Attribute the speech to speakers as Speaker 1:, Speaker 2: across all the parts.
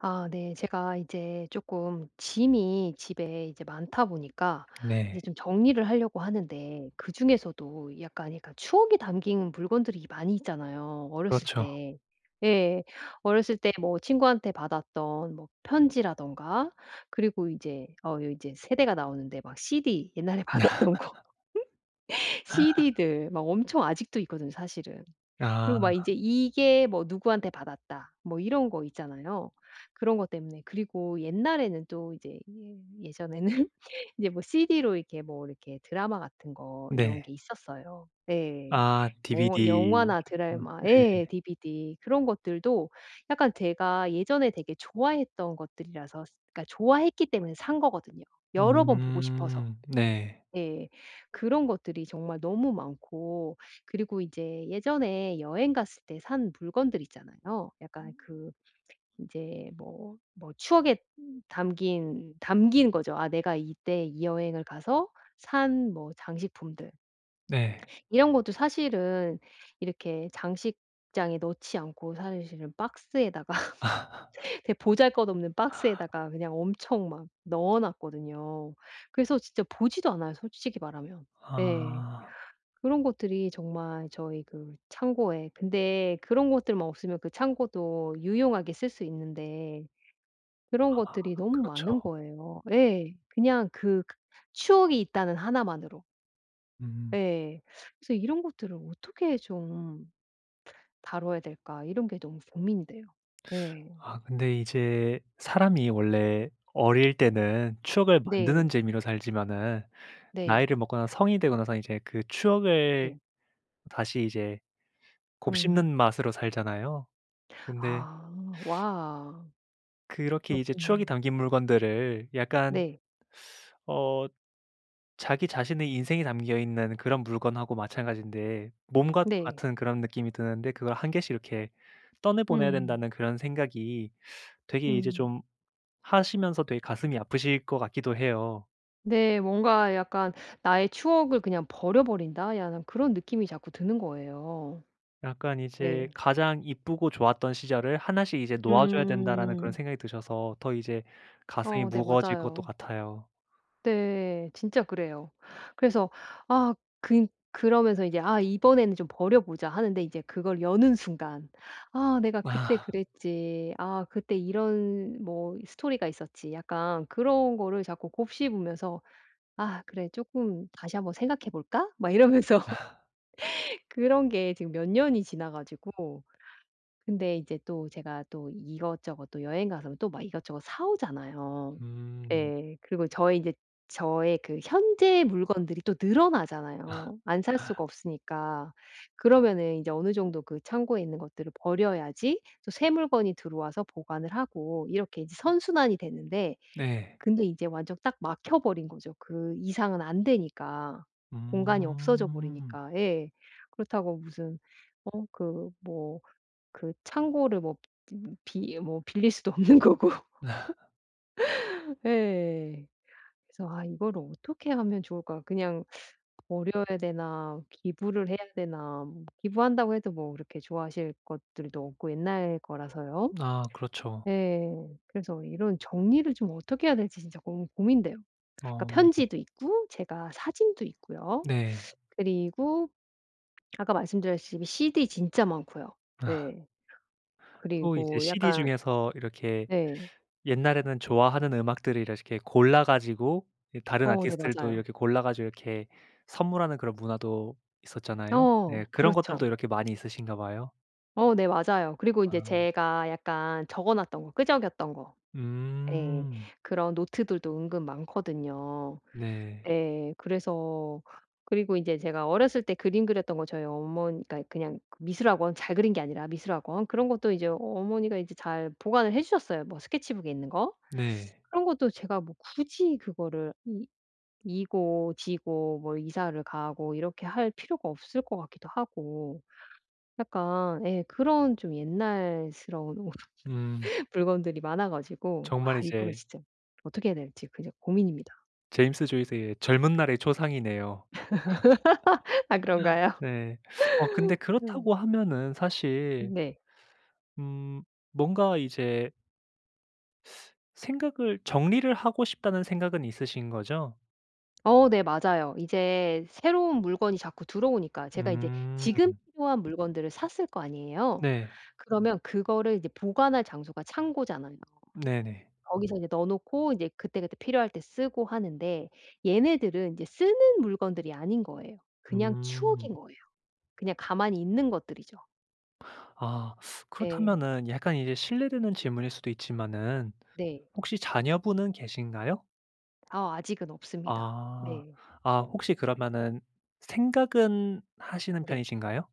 Speaker 1: 아 네. 제가 이제 조금 짐이 집에 이제 많다 보니까
Speaker 2: 네.
Speaker 1: 이제 좀 정리를 하려고 하는데 그중에서도 약간 추억이 담긴 물건들이 많이 있잖아요, 어렸을
Speaker 2: 그렇죠.
Speaker 1: 때. 예. 어렸을 때 뭐 친구한테 받았던 뭐 편지라든가 그리고 이제 이제 세대가 나오는데 막 CD 옛날에 받았던 거 CD들 막 엄청 아직도 있거든요, 사실은.
Speaker 2: 아
Speaker 1: 그리고 막 이제 "이게 뭐 누구한테 받았다." 뭐 이런 거 있잖아요. 그런 것 때문에 그리고 옛날에는 또 이제 예 예전에는 이제 뭐 CD로 이렇게 뭐 이렇게 드라마 같은 거 이런
Speaker 2: 네.
Speaker 1: 게 있었어요. 예.
Speaker 2: 아
Speaker 1: 어
Speaker 2: DVD.
Speaker 1: 영화나
Speaker 2: 음
Speaker 1: 드라마
Speaker 2: 네.
Speaker 1: 예 DVD 그런 것들도 약간 제가 예전에 되게 좋아했던 것들이라서 그러니까 좋아했기 때문에 산 거거든요 여러 번 보고 싶어서.
Speaker 2: 네.
Speaker 1: 네. 그런 것들이 정말 너무 많고 그리고 이제 예전에 여행 갔을 때 산 물건들 있잖아요. 약간 그 이제 뭐 추억에 담긴 거죠. '아 내가 이때 이 여행을 가서 산 뭐 장식품들.'
Speaker 2: 네.
Speaker 1: 이런 것도 사실은 이렇게 장식장에 넣지 않고 사실은 박스에다가 되게 보잘것없는 박스에다가 그냥 엄청 막 넣어 놨거든요. 그래서 진짜 보지도 않아요 솔직히 말하면. 네
Speaker 2: 아
Speaker 1: 그런 것들이 정말 저희 그 창고에 근데 그런 것들만 없으면 그 창고도 유용하게 쓸 수 있는데 그런 것들이 너무 많은
Speaker 2: 그렇죠.
Speaker 1: 거예요. 예. 그냥 그 추억이 있다는 하나만으로.
Speaker 2: 음.
Speaker 1: 예. 그래서 '이런 것들을 어떻게 좀 다뤄야 될까?' 이런 게 너무 고민이 돼요. 예.
Speaker 2: 아 근데 이제 사람이 원래 어릴 때는 추억을 만드는
Speaker 1: 네.
Speaker 2: 재미로 살지만은
Speaker 1: 네.
Speaker 2: 나이를 먹거나 성인이 되고 나서 이제 그 추억을
Speaker 1: 네.
Speaker 2: 다시 이제
Speaker 1: 음.
Speaker 2: 곱씹는 맛으로 살잖아요. 근데
Speaker 1: 아. 와.
Speaker 2: 그렇게 이제 추억이
Speaker 1: 그렇군요.
Speaker 2: 담긴 물건들을 약간
Speaker 1: 네.
Speaker 2: 어 자기 자신의 인생이 담겨 있는 그런 물건하고 마찬가지인데, 몸과
Speaker 1: 네.
Speaker 2: 같은 그런 느낌이 드는데, 그걸 한 개씩 이렇게 떠내 보내야
Speaker 1: 음.
Speaker 2: 된다는 그런 생각이 되게 이제
Speaker 1: 음.
Speaker 2: 좀 하시면서 되게 가슴이 아프실 것 같기도 해요.
Speaker 1: 네. 뭔가 약간 '나의 추억을 그냥 버려버린다.' 약간 그런 느낌이 자꾸 드는 거예요.
Speaker 2: 약간 이제
Speaker 1: 네.
Speaker 2: 가장 이쁘고 좋았던 시절을 하나씩 이제 놓아 줘야 된다라는 그런
Speaker 1: 음.
Speaker 2: 생각이 드셔서 더 이제 가슴이
Speaker 1: 어 네.
Speaker 2: 무거워질 것도
Speaker 1: 맞아요.
Speaker 2: 같아요.
Speaker 1: 네. 진짜 그래요. 그래서 아 그 그러면서 이제 '아 이번에는 좀 버려 보자.' 하는데 이제 그걸 여는 순간 '아 내가 그때
Speaker 2: 아.
Speaker 1: 그랬지. 아 그때 이런 뭐 스토리가 있었지.' 약간 그런 거를 자꾸 곱씹으면서 '아 그래 조금 다시 한번 생각해 볼까?' 막 이러면서 그런 게 지금 몇 년이 지나 가지고 근데 이제 또 제가 또 이것저것 또 여행 가서 또 막 이것저것 사 오잖아요.
Speaker 2: 음.
Speaker 1: 예. 그리고 저의 이제 저의 그 현재 물건들이 또
Speaker 2: 아,
Speaker 1: 늘어나잖아요, 안 살 수가 없으니까. 그러면은 이제 어느 정도 그 창고에 있는 것들을 버려야지 또 새 물건이 들어와서 보관을 하고 이렇게 이제 선순환이 되는데
Speaker 2: 네.
Speaker 1: 근데 이제 완전 딱 막혀 버린 거죠. 그 이상은 안 되니까. 공간이 없어져
Speaker 2: 음.
Speaker 1: 버리니까. 예. 그렇다고 무슨 어 그 뭐 그 창고를 뭐 비뭐 빌릴 수도 없는 거고. 예. 그래서 '아 이거를 어떻게 하면 좋을까? 그냥 버려야 되나? 기부를 해야 되나?' 뭐 기부한다고 해도 뭐 그렇게 좋아하실 것들도 없고 옛날 거라서요.
Speaker 2: 아 그렇죠.
Speaker 1: 예. 그래서 이런 정리를 좀 어떻게 해야 될지 진짜 너무 고민돼요. 그러니까
Speaker 2: 어
Speaker 1: 편지도 있고 제가 사진도 있고요.
Speaker 2: 네.
Speaker 1: 그리고 아까 말씀드렸듯이 CD 진짜 많고요.
Speaker 2: 아,
Speaker 1: 네.
Speaker 2: 또 이제
Speaker 1: 그리고
Speaker 2: CD
Speaker 1: 약간
Speaker 2: 중에서 이렇게
Speaker 1: 네.
Speaker 2: 옛날에는 좋아하는 음악들을 이렇게 골라 가지고, 이 다른
Speaker 1: 어 네
Speaker 2: 아티스트들도
Speaker 1: 맞아요.
Speaker 2: 이렇게 골라 가지고 이렇게 선물하는 그런 문화도 있었잖아요. 네.
Speaker 1: 어
Speaker 2: 그런 것들도
Speaker 1: 그렇죠.
Speaker 2: 이렇게 많이 있으신가 봐요.
Speaker 1: 어 네 맞아요. 그리고 인제
Speaker 2: 아.
Speaker 1: 제가 약간 적어 놨던 거 끄적였던 거 예.
Speaker 2: 음.
Speaker 1: 그런 노트들도 은근 많거든요.
Speaker 2: 네.
Speaker 1: 네. 그래서 그리고 인제 제가 어렸을 때 그림 그렸던 거 저희 어머니 그러니까 그냥 그 미술학원 잘 그린 게 아니라 미술학원 그런 것도 이제 어머니가 이제 잘 보관을 해 주셨어요. 뭐 스케치북에 있는 거.
Speaker 2: 네.
Speaker 1: 그런 것도 제가 뭐 굳이 그거를 이 이고 지고 뭐 이사를 가고 이렇게 할 필요가 없을 것 같기도 하고 약간 예 그런 좀 옛날스러운
Speaker 2: 음.
Speaker 1: 물건들이 많아 가지고
Speaker 2: 정말
Speaker 1: 아 이거를
Speaker 2: 이제
Speaker 1: 진짜 어떻게 해야 될지 굉장히 고민입니다.
Speaker 2: 제임스 조이스의 젊은 날의 초상이네요.
Speaker 1: 아 그런가요?
Speaker 2: 네. 근데
Speaker 1: 음.
Speaker 2: 그렇다고 하면은 사실
Speaker 1: 네.
Speaker 2: 음 뭔가 이제 생각을 정리를 하고 싶다는 생각은 있으신 거죠?
Speaker 1: 어 네 맞아요. 이제 새로운 물건이 자꾸 들어오니까 제가 이제
Speaker 2: 음.
Speaker 1: 지금 필요한 물건들을 샀을 거 아니에요.
Speaker 2: 네.
Speaker 1: 그러면 그거를 이제 보관할 장소가 창고잖아요.
Speaker 2: 네네.
Speaker 1: 거기서 이제 넣어 놓고 이제 그때그때 필요할 때 쓰고 하는데 얘네들은 이제 쓰는 물건들이 아닌 거예요. 그냥
Speaker 2: 음.
Speaker 1: 추억인 거예요. 그냥 가만히 있는 것들이죠.
Speaker 2: 아
Speaker 1: 네.
Speaker 2: 그렇다면은 약간 이제 실례되는 질문일 수도 있지만은,
Speaker 1: 네.
Speaker 2: 혹시 자녀분은 계신가요?
Speaker 1: 아 아직은 없습니다.
Speaker 2: 아.
Speaker 1: 네.
Speaker 2: 아 혹시 그러면은 생각은 하시는
Speaker 1: 네.
Speaker 2: 편이신가요?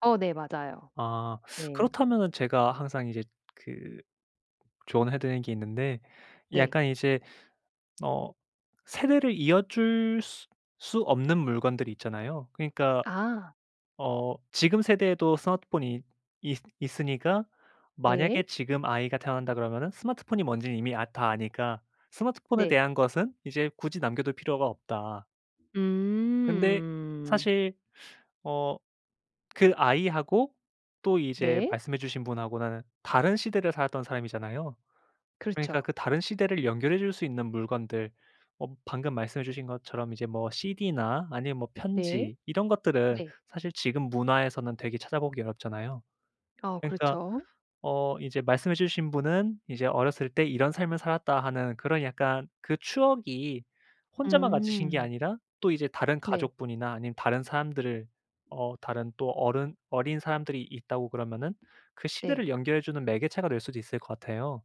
Speaker 1: 어 네 맞아요.
Speaker 2: 아
Speaker 1: 네.
Speaker 2: 그렇다면은 제가 항상 이제 그 조언을 해 드리는 게 있는데,
Speaker 1: 네.
Speaker 2: 약간 이제 어 세대를 이어줄 수 없는 물건들이 있잖아요. 그러니까
Speaker 1: 아.
Speaker 2: 지금 세대에도 스마트폰이 있 있으니까,
Speaker 1: 네.
Speaker 2: 만약에 지금 아이가 태어난다 그러면은 스마트폰이 뭔지는 이미 다 아니까 스마트폰에
Speaker 1: 네.
Speaker 2: 대한 것은 이제 굳이 남겨둘 필요가 없다. 근데
Speaker 1: 음.
Speaker 2: 사실 어 그 아이하고 또 이제
Speaker 1: 네.
Speaker 2: 말씀해 주신 분하고는 다른 시대를 살았던 사람이잖아요. 그러니까
Speaker 1: 그렇죠.
Speaker 2: 그 다른 시대를 연결해 줄 수 있는 물건들, 방금 말씀해 주신 것처럼 이제 뭐 CD나 아니면 뭐
Speaker 1: 네.
Speaker 2: 편지 이런 것들은
Speaker 1: 네.
Speaker 2: 사실 지금 문화에서는 되게 찾아보기 어렵잖아요.
Speaker 1: 어
Speaker 2: 그러니까
Speaker 1: 그렇죠.
Speaker 2: 이제 말씀해 주신 분은 이제 "어렸을 때 이런 삶을 살았다." 하는 그런 약간 그 추억이 혼자만 가지신 게
Speaker 1: 음.
Speaker 2: 아니라, 또 이제 다른
Speaker 1: 네.
Speaker 2: 가족분이나 아니면 다른 사람들을, 다른 또 어른 어린 사람들이 있다고 그러면은 그
Speaker 1: 네.
Speaker 2: 시대를 연결해 주는 매개체가 될 수도 있을 것 같아요.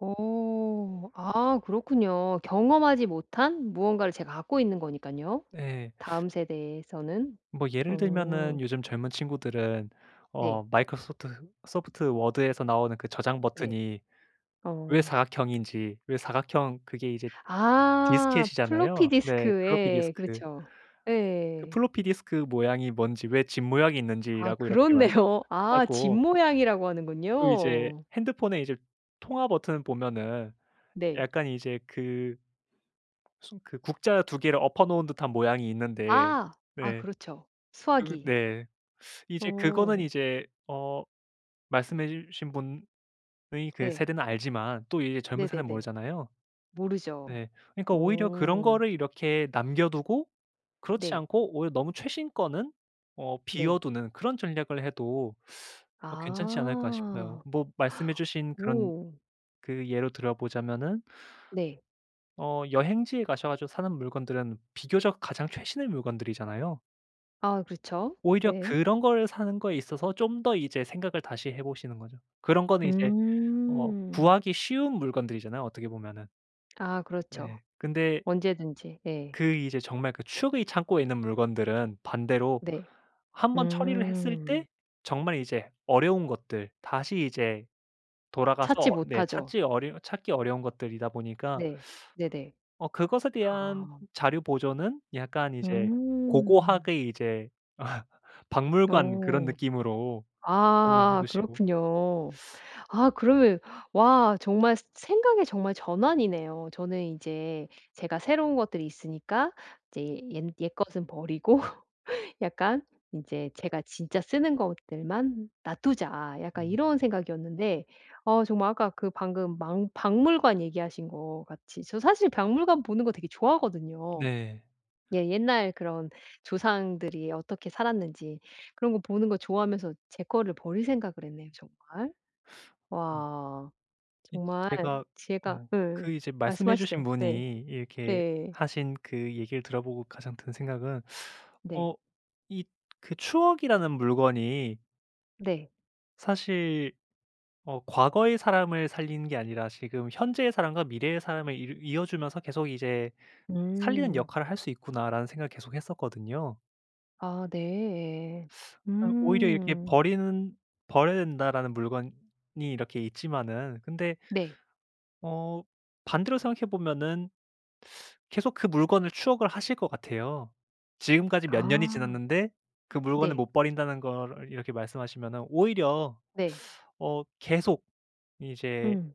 Speaker 1: 어. 아 그렇군요. 경험하지 못한 무언가를 제가 갖고 있는 거니까요
Speaker 2: 예.
Speaker 1: 다음 세대에서는.
Speaker 2: 뭐 예를
Speaker 1: 어.
Speaker 2: 들면은 요즘 젊은 친구들은
Speaker 1: 네.
Speaker 2: 마이크로소프트 소프트 워드에서 나오는 그 저장
Speaker 1: 네.
Speaker 2: 버튼이 왜
Speaker 1: 어.
Speaker 2: 사각형인지, 왜 사각형 그게 이제
Speaker 1: 아 플로피
Speaker 2: 디스켓이잖아요. 네. 플로피
Speaker 1: 디스크에
Speaker 2: 디스크.
Speaker 1: 그렇죠.
Speaker 2: 그
Speaker 1: 예.
Speaker 2: 플로피 디스크 모양이 뭔지, 왜 집 모양이
Speaker 1: 아
Speaker 2: 있는지라고 이렇게 말
Speaker 1: 그렇네요. 아 집
Speaker 2: 하고
Speaker 1: 모양이라고
Speaker 2: 또 이제
Speaker 1: 하는군요.
Speaker 2: 핸드폰에 이제 통화 버튼 보면은
Speaker 1: 네.
Speaker 2: 약간 이제 그 무슨 그 국자 두 개를 엎어 놓은 듯한 모양이 있는데.
Speaker 1: 아. 아
Speaker 2: 네.
Speaker 1: 그렇죠.
Speaker 2: 그
Speaker 1: 수화기.
Speaker 2: 네. 이제 그거는
Speaker 1: 어.
Speaker 2: 이제 말씀해 주신 분의 그
Speaker 1: 네.
Speaker 2: 세대는 알지만 또 이제 젊은 세대는
Speaker 1: 네네네.
Speaker 2: 모르잖아요.
Speaker 1: 모르죠.
Speaker 2: 네. 그러니까 오히려 그런
Speaker 1: 오,
Speaker 2: 거를 이렇게 남겨 두고, 그렇지
Speaker 1: 네.
Speaker 2: 않고 오히려 너무 최신 거는 비워
Speaker 1: 네.
Speaker 2: 두는 그런 전략을 해도 괜찮지 않을까 싶어요.
Speaker 1: 아.
Speaker 2: 뭐 말씀해 주신 그런
Speaker 1: 오.
Speaker 2: 그 예로 들어보자면은,
Speaker 1: 네.
Speaker 2: 여행지에 가셔 가지고 사는 물건들은 비교적 가장 최신의 물건들이잖아요.
Speaker 1: 아 그렇죠.
Speaker 2: 오히려
Speaker 1: 네.
Speaker 2: 그런 걸 사는 거에 있어서 좀 더 이제 생각을 다시 해 보시는 거죠. 그런 거는 이제
Speaker 1: 음.
Speaker 2: 구하기 쉬운 물건들이잖아요, 어떻게 보면은.
Speaker 1: 아 그렇죠.
Speaker 2: 네. 근데
Speaker 1: 언제든지. 예.
Speaker 2: 그 이제 정말 그 추억의 창고에 있는 물건들은 반대로
Speaker 1: 네.
Speaker 2: 한 번 처리를 했을 때
Speaker 1: 음.
Speaker 2: 정말 이제 어려운 것들, 다시 이제 돌아가서
Speaker 1: 찾지
Speaker 2: 네,
Speaker 1: 못하죠.
Speaker 2: 찾지 어려 찾기 어려운 것들이다 보니까
Speaker 1: 네. 네네.
Speaker 2: 그것에 대한
Speaker 1: 아.
Speaker 2: 자료 보존은 약간 이제
Speaker 1: 음.
Speaker 2: 고고학의 이제 박물관 그런
Speaker 1: 어.
Speaker 2: 느낌으로 생각해
Speaker 1: 아
Speaker 2: 두시고.
Speaker 1: 그렇군요. 아 그러면 와 정말 생각의 정말 전환이네요. 저는 이제 제가 새로운 것들이 있으니까 이제 옛 옛것은 버리고 약간 이제 '제가 진짜 쓰는 것들만 놔두자.' 약간
Speaker 2: 음
Speaker 1: 이런 생각이었는데 어 정말 아까 그 방금 망 박물관 얘기하신 거 같이 저 사실 박물관 보는 거 되게 좋아하거든요.
Speaker 2: 네.
Speaker 1: 예 옛날 그런 조상들이 어떻게 살았는지 그런 거 보는 거 좋아하면서 제 거를 버릴 생각을 했네요 정말.
Speaker 2: 음
Speaker 1: 와.
Speaker 2: 이
Speaker 1: 정말
Speaker 2: 제가
Speaker 1: 지혜가
Speaker 2: 어
Speaker 1: 예.
Speaker 2: 그 이제 말씀해 주신
Speaker 1: 말씀하시죠. 네.
Speaker 2: 분이 이렇게
Speaker 1: 네.
Speaker 2: 하신 그 얘기를 들어보고 가장 든 생각은,
Speaker 1: 네.
Speaker 2: 어 이 그 추억이라는 물건이
Speaker 1: 네.
Speaker 2: 사실 과거의 사람을 살리는 게 아니라 지금 현재의 사람과 미래의 사람을 이루 이어 주면서 계속 이제 '살리는
Speaker 1: 음.
Speaker 2: 역할을 할 수 있구나.'라는 생각을 계속 했었거든요.
Speaker 1: 아 네.
Speaker 2: 아 오히려 이렇게
Speaker 1: 음.
Speaker 2: 버리는 '버려야 된다.'라는 물건이 이렇게 있지만은 근데
Speaker 1: 네.
Speaker 2: 어 반대로 생각해 보면은 계속 그 물건을 추억을 하실 것 같아요. 지금까지 몇 년이
Speaker 1: 아.
Speaker 2: 지났는데 그 물건을
Speaker 1: 네.
Speaker 2: 못 버린다는 걸 이렇게 말씀하시면은 오히려
Speaker 1: 네.
Speaker 2: 계속 이제
Speaker 1: 음.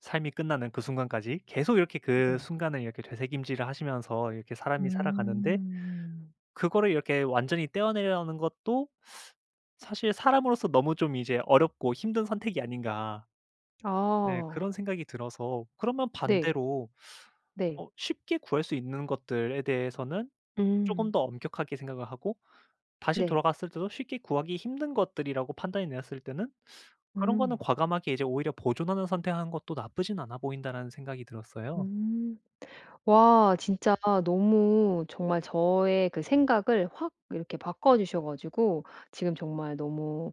Speaker 2: 삶이 끝나는 그 순간까지 계속 이렇게 그
Speaker 1: 네.
Speaker 2: 순간을 이렇게 되새김질을 하시면서 이렇게 사람이 살아가는데,
Speaker 1: 음.
Speaker 2: 그거를 이렇게 완전히 떼어내려는 것도 사실 사람으로서 너무 좀 이제 어렵고 힘든 선택이 아닌가. 네,
Speaker 1: 아.
Speaker 2: 그런 생각이 들어서, 그러면
Speaker 1: 네.
Speaker 2: 반대로
Speaker 1: 네.
Speaker 2: 쉽게 구할 수 있는 것들에 대해서는 조금
Speaker 1: 음.
Speaker 2: 더 엄격하게 생각을 하고, 다시
Speaker 1: 네.
Speaker 2: 돌아갔을 때도 쉽게 구하기 힘든 것들이라고 판단이 내렸을 때는 그런 거는
Speaker 1: 음.
Speaker 2: 과감하게 이제 오히려 보존하는, 선택하는 것도 나쁘진 않아 보인다라는 생각이 들었어요.
Speaker 1: 음. 와 진짜 너무 정말 저의 그 생각을 확 이렇게 바꿔 주셔 가지고 지금 정말 너무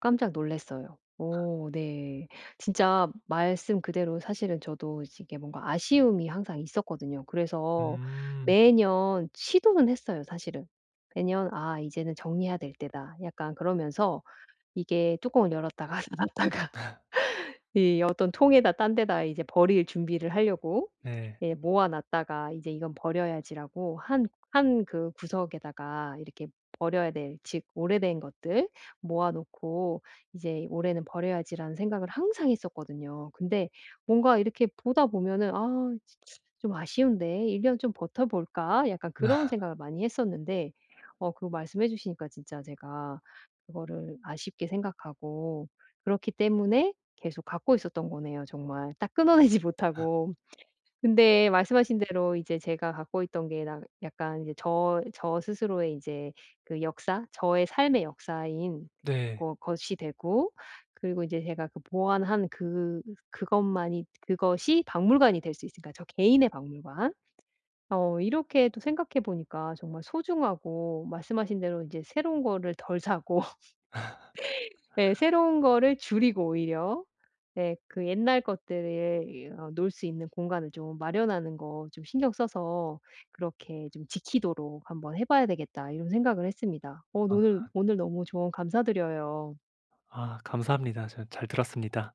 Speaker 1: 깜짝 놀랐어요. 오 네. 진짜 말씀 그대로 사실은 저도 이게 뭔가 아쉬움이 항상 있었거든요. 그래서
Speaker 2: 음.
Speaker 1: 매년 시도는 했어요 사실은. 매년 '아 이제는 정리해야 될 때다.' 약간 그러면서 이게 뚜껑을 열었다가 닫았다가 이 어떤 통에다 딴 데다 이제 버릴 준비를 하려고
Speaker 2: 네.
Speaker 1: 예 모아 놨다가 이제 '이건 버려야지.'라고 한 그 구석에다가 이렇게 버려야 될 즉 오래된 것들 모아 놓고 '이제 올해는 버려야지.'라는 생각을 항상 했었거든요. 근데 뭔가 이렇게 보다 보면은 '아 좀 아쉬운데 1년 좀 버텨 볼까?' 약간 그런 생각을 많이 했었는데 어 그거 말씀해 주시니까 진짜 제가 그거를 아쉽게 생각하고 그렇기 때문에 계속 갖고 있었던 거네요 정말. 딱 끊어내지 못하고. 근데 말씀하신 대로 이제 제가 갖고 있던 게 나 약간 이제 저 스스로의 이제 그 역사, 저의 삶의 역사인
Speaker 2: 네.
Speaker 1: 거 것이 되고 그리고 이제 제가 그 보완한 그 그것만이 그것이 박물관이 될 수 있으니까 저 개인의 박물관. 어 이렇게 또 생각해 보니까 정말 소중하고 말씀하신 대로 이제 새로운 거를 덜 사고 예 새로운 거를 줄이고 오히려 예 그 옛날 것들을 놀어 놓을 수 있는 공간을 좀 마련하는 거 좀 신경 써서 그렇게 좀 지키도록 한번 해 봐야 되겠다." 이런 생각을 했습니다. 어
Speaker 2: 아
Speaker 1: 오늘 오늘 너무 조언 감사드려요.
Speaker 2: 아 감사합니다. 저 잘 들었습니다.